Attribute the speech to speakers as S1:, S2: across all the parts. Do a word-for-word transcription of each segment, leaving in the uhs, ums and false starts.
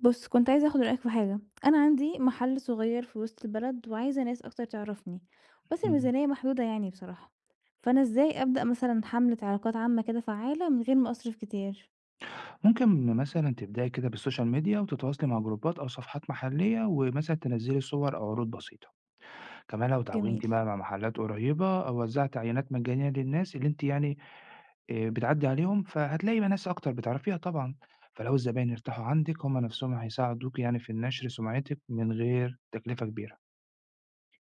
S1: بُص، كنت عايزة آخُد رأيك في حاجة، أنا عندي محل صغير في وسط البلد وعايزة ناس أكتر تعرفني، بس
S2: إمم.
S1: الميزانية محدودة يعني بصراحة، فأنا إزاي أبدأ مثلًا حملة علاقات عامة كده فعّالة من غير ما أصرف كتير؟
S2: ممكن مثلًا تبدئي كده بالسوشيال ميديا وتتواصلي مع جروبات أو صفحات محلية، ومثلًا تنزّلي صور أو عروض بسيطة. كمان لو
S1: جميل،
S2: اتعاونتِ بقى مع محلات قريبة أو وزّعتِ عينات مجانية للناس اللي أنتِ يعني آآ بتعدّي عليهم، فهتلاقي بقى ناس أكتر بتعرفيها طبعًا. فلو الزباين ارتاحوا عندِك هم نفسهم هيساعدوكِ يعني في النشر سمعتِك من غير تكلفة كبيرة.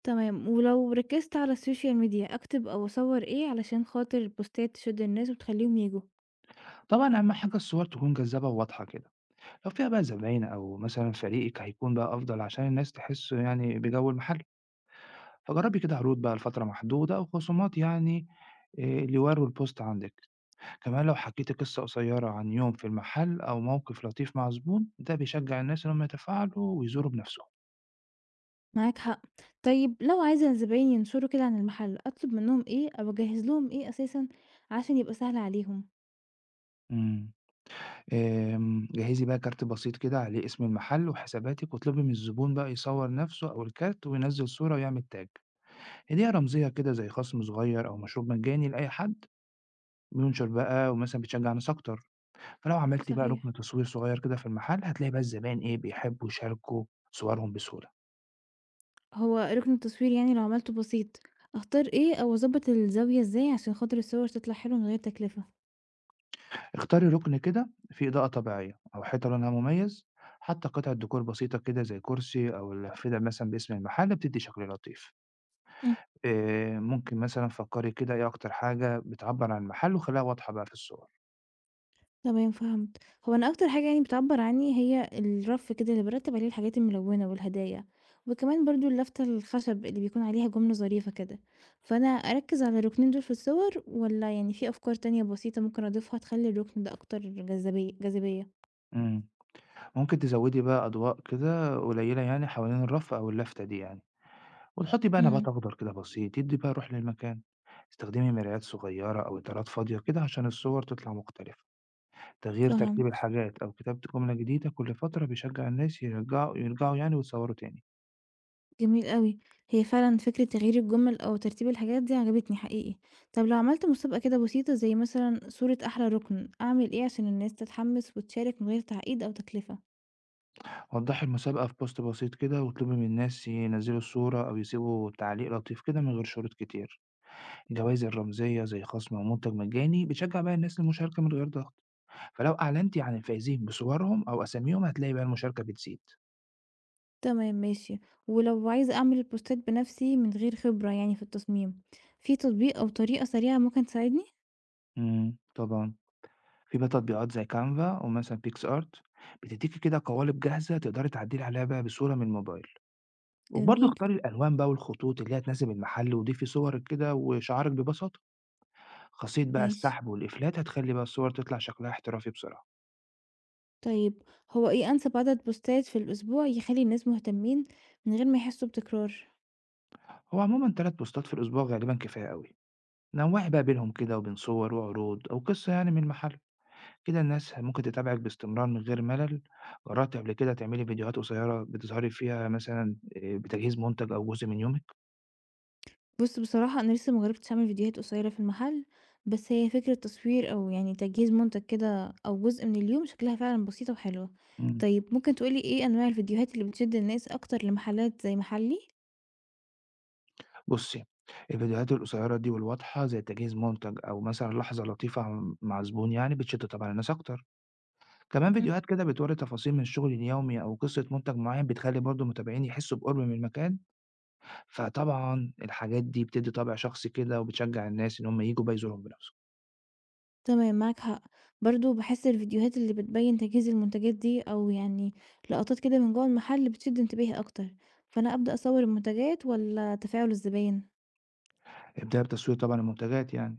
S1: تمام، ولو ركّزت على السوشيال ميديا أكتب أو أصوّر إيه علشان خاطر البوستات تشد الناس وتخلّيهم ييجوا؟
S2: طبعًا أهم حاجة الصور تكون جذابة وواضحة كده، لو فيها بقى زباين أو مثلًا فريقِك هيكون بقى أفضل عشان الناس تحس يعني بجو المحل. فجرّبي كده عروض بقى لفترة محدودة أو خصومات يعني آآ اللي يورّوا الpost عندِك. كمان لو حكيتِ قصة قصيّرة عن يوم في المحل أو موقف لطيف مع زبون، ده بيشجّع الناس إن هم يتفاعلوا ويزوروا بنَفْسهم.
S1: معاك حق، طيب لو عايزة زباين ينشروا كده عن المحل، أطلب منّهم إيه أو أجهّز لهم إيه أساسًا عشان يبقى سهل عليهم؟
S2: إمم. آمم جهّزي بقى كارت بسيط كده عليه اسم المحل وحساباتِك واطلبي من الزبون بقى يصوّر نَفْسه أو الكارت وينزّل صورة ويعمل تاغ. هدية رمزية كده زي خصم صغير أو مشروب مجاني لأي حد بينشر بقى ومثلًا بتشجّع ناس أكتر. فلو عملتِ بقى
S1: صحيح.
S2: رُكن تصوير صغير كده في المحل، هتلاقي بقى الزباين إيه، بيحبّوا يشاركوا صورهم بسهولة.
S1: هو ركن التصوير يعني لو عملته بسيط، اختار ايه او اظبط الزاوية ازاي عشان خاطر الصور تطلع حلوة من غير تكلفة.
S2: اختاري رُكن كده فيه إضاءة طبيعية أو حيطة لونها مميز، حتى قطعة ديكور بسيطة كده زي كرسي أو الأفِّدة مثلًا باسم المحل بتدّي شكل لطيف.
S1: مم.
S2: آآ ممكن مثلًا فكّري كده إيه أكتر حاجة بتعبّر عن المحل وخلّيها واضحة بقى في الصور.
S1: تمام، فهمت. هو انا اكتر حاجة يعني بتعبر عني هي الرف كده اللي برتب عليه الحاجات الملونة والهدايا، وكمان برضو اللافتة الخشب اللي بيكون عليها جملة ظريفة كده، فانا اركز على الركنين دول في الصور ولا يعني في افكار تانية بسيطة ممكن اضيفها تخلي الركن ده اكتر جذابية جاذبية.
S2: إمم. ممكن تزوّدي بقى أضواء كده قليلة يعني حوالين الرف أو اللافتة دي يعني. وتحطي بقى
S1: مم.
S2: نبات أخضر كده بسيط يدي بقى روح للمكان. استخدمي مرايات صغيرة أو إطارات فاضية كده عشان الصور تطلع مختلفة. تغيير ترتيب
S1: فهمت.
S2: الحاجات أو كتابة جملة جديدة كل فترة بيشجع الناس يرجعوا يرجعوا يعني ويتصوروا تاني.
S1: جميل أوي. هي فعلًا فكرة تغيير الجُمَل أو ترتيب الحاجات دي عجبتني حقيقي. طب لو عملت مسابقة كده بسيطة زي مثلًا صورة أحلى رُكن، أعمل إيه عشان الناس تتحمس وتشارك من غير تعقيد أو تكلفة؟
S2: وضحي المسابقة في بوست بسيط كده واطلبي من الناس ينزلوا الصورة أو يسيبوا تعليق لطيف كده من غير شروط كتير. الجوائز الرمزية زي خصم أو منتج مجاني بتشجع بقى الناس للمشاركة من غير ضغط. فلو أعلنتي عن الفائزين بصورهم أو أساميهم هتلاقي بقى المشاركة بتزيد.
S1: تمام، ماشي. ولو عايزة أعمل البوستات بنفسي من غير خبرة يعني في التصميم، في تطبيق أو طريقة سريعة ممكن تساعدني؟
S2: امم طبعا في بقى تطبيقات زي كانفا ومثلا بيكس ارت بتديكي كده قوالب جاهزة تقدري تعدلي عليها بقى بصورة من الموبايل. وبرضه
S1: جميل،
S2: اختاري الألوان بقى والخطوط اللي هتناسب المحل وضيفي صورك كده وشعارك ببساطة. خاصية بقى
S1: ماشي.
S2: السحب والإفلات هتخلي بقى الصور تطلع شكلها احترافي بسرعة.
S1: طيب، هو إيه أنسب عدد بوستات في الأسبوع يخلّي الناس مهتمين من غير ما يحسّوا بتكرار؟
S2: هو عموما تلات بوستات في الأسبوع غالبا كفاية قوي. نوعي بقى بينهم كده وبين صور وعروض أو قصة يعني من المحل. كده الناس ممكن تتابعك باستمرار من غير ملل. جربت قبل كده تعملي فيديوهات قصيرة بتظهري فيها مثلا إيه، بتجهيز منتج أو جزء من يومك؟
S1: بُص بصراحة أنا لسه ما جرّبتش أعمل فيديوهات قصيّرة في المحل، بس هي فكرة تصوير أو يعني تجهيز مُنتَج كده أو جزء من اليوم شكلها فعلًا بسيطة وحلوة. طيب ممكن تقول لي إيه أنواع الفيديوهات اللي بتشد الناس أكتر لمحلات زي محلي؟
S2: بُصّي، الفيديوهات القصيرة دي والواضحة زي تجهيز منتج أو مثلًا لحظة لطيفة م مع زبون يعني بتشد طبعًا الناس أكتر، كمان
S1: إمم.
S2: فيديوهات كده بتورّي تفاصيل من الشغل اليومي أو قصة منتج معين بتخلّي برضه المتابعين يحسّوا بقرب من المكان، فطبعًا الحاجات دي بتدّي طابع شخصي كده وبتشجّع الناس إن هم ييجوا بقى يزورهم بنَفْسهم.
S1: تمام، معاك حق، برضه باحس الفيديوهات اللي بتبيّن تجهيز المنتجات دي أو يعني لقطات كده من جوّه المحل بتشد انتباهي أكتر، فأنا أبدأ أصوّر المنتجات والّا تفاعل الزباين؟
S2: ابدأ بتصوير طبعًا المنتجات يعني،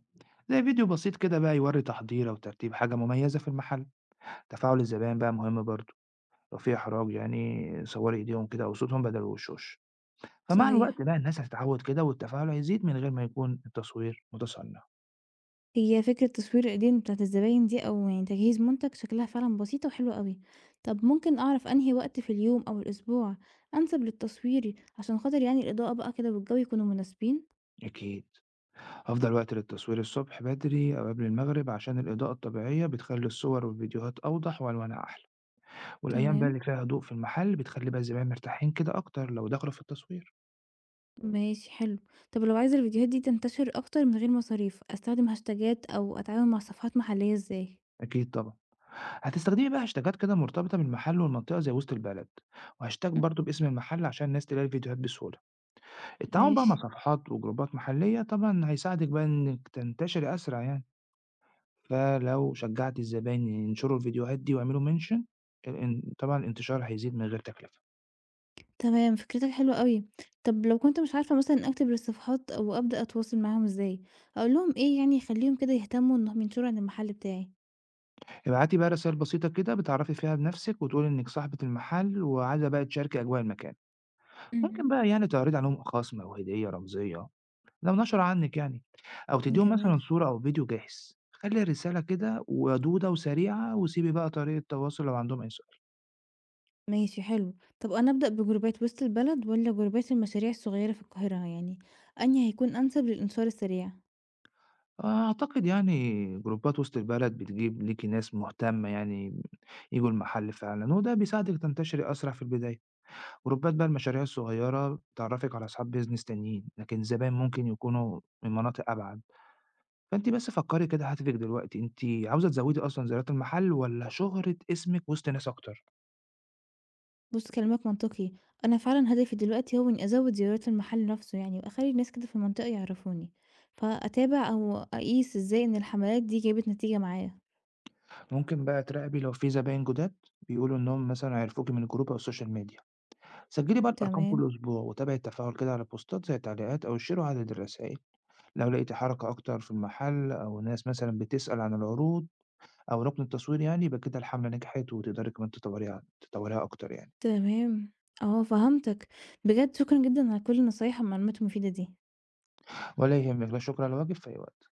S2: زي فيديو بسيط كده بقى يورّي تحضير أو ترتيب حاجة مميزة في المحل، تفاعل الزبائن بقى مهم برضه، لو في إحراج يعني صوري إيديهم كده أو صوتهم بدل الوشوش. فمع
S1: صحيح.
S2: الوقت بقى الناس هتتعود كده والتفاعل هيزيد من غير ما يكون التصوير متصنع.
S1: هي فكرة تصوير الإيدين بتاعة الزباين دي أو يعني تجهيز منتج شكلها فعلًا بسيطة وحلوة أوي. طب ممكن أعرف أنهي وقت في اليوم أو الأسبوع أنسب للتصوير عشان خاطر يعني الإضاءة بقى كده والجو يكونوا مناسبين؟
S2: أكيد أفضل وقت للتصوير الصبح بدري أو قبل المغرب عشان الإضاءة الطبيعية بتخلي الصور والفيديوهات أوضح وألوانها أحلى. والأيام بقى
S1: تمام،
S2: اللي فيها هدوء في المحل بتخلي بقى الزبائن مرتاحين كده أكتر لو دخلوا في التصوير.
S1: ماشي حلو. طب لو عايزة الفيديوهات دي تنتشر أكتر من غير مصاريف، أستخدم هاشتاجات أو أتعامل مع صفحات محلية إزاي؟
S2: أكيد طبعا هتستخدمي بقى هاشتاجات كده مرتبطة بالمحل والمنطقة زي وسط البلد وهاشتاج
S1: مم،
S2: برضو باسم المحل عشان الناس تلاقي الفيديوهات بسهولة. التعاون بقى
S1: ماشي.
S2: مع صفحات وجروبات محلية طبعا هيساعدك بقى إنك تنتشري أسرع يعني. فلو شجّعتِ الزباين ينشروا الفيديوهات دي واعملوا مينشن ال إن طبعًا الانتشار هيزيد من غير تكلفة.
S1: تمام، فكرتك حلوة أوي. طب لو كنت مش عارفة مثلًا أكتب للصفحات أو أبدأ أتواصل معاهم إزاي؟ أقول لهم إيه يعني يخليهم كده يهتموا إنهم ينشروا عن المحل بتاعي؟
S2: ابعتي بقى رسايل بسيطة كده بتعرّفي فيها بنَفْسِك وتقولي إنِّك صاحبة المحل وعايزة بقى تشاركي أجواء المكان.
S1: اهم.
S2: ممكن بقى يعني تعرضي عليهم خَصم أو هدية رمزية لو نشروا عنِّك يعني أو تدّيهم
S1: جميل.
S2: مثلًا صورة أو فيديو جاهز. خلّي الرسالة كده ودودة وسريعة وسيبي بقى طريقة تواصل لو عندهم أي.
S1: ماشي حلو. طب أنا أبدأ بجروبات وسط البلد والّا جروبات المشاريع الصغيرة في القاهرة؟ يعني أنهي هيكون أنسب للإنتشار السريع؟
S2: أعتقد يعني جروبات وسط البلد بتجيب ليكِ ناس مهتمة يعني ييجوا المحل فعلًا، وده بيساعدِك تنتشري أسرع في البداية، جروبات بقى المشاريع الصغيرة بتعرّفِك على أصحاب بيزنس تانيين، لكن الزباين ممكن يكونوا من مناطق أبعد، فأنتِ بس فكّري كده هدفِك دلوقتي، أنتِ عاوزة تزوّدي أصلًا زيارات المحل والّا شهرة اسمِك وسط ناس أكتر؟
S1: بُص كلامك منطقي. أنا فعلًا هدفي دلوقتي هو إني أزوّد زيارات المحل نفسه يعني وأخلّي الناس كده في المنطقة يعرفوني، فأتابع أو أقيس إزاي إن الحملات دي جابت نتيجة معايا.
S2: ممكن بقى تراقبي لو في زباين جداد بيقولوا إنهم مثلًا عرفوكِ من الجروب أو السوشيال ميديا، سجّلي بقى الأرقام كل
S1: تمام،
S2: أسبوع وتابعي التفاعل كده على البوستات زي التعليقات أو الshare وعدد الرسايل. لو لقيتِ حركة أكتر في المحل أو ناس مثلًا بتسأل عن العروض أو ركن التسويق يعني، يبقى كده الحملة نجحت وتقدري كمان تطوريها تطوريها أكتر يعني.
S1: تمام. آه فهمتك. بجد شكرًا جدًا على كل النصايح والمعلومات المفيدة دي.
S2: ولا يهمِّك، لا شكر على واجب، في أي وقت.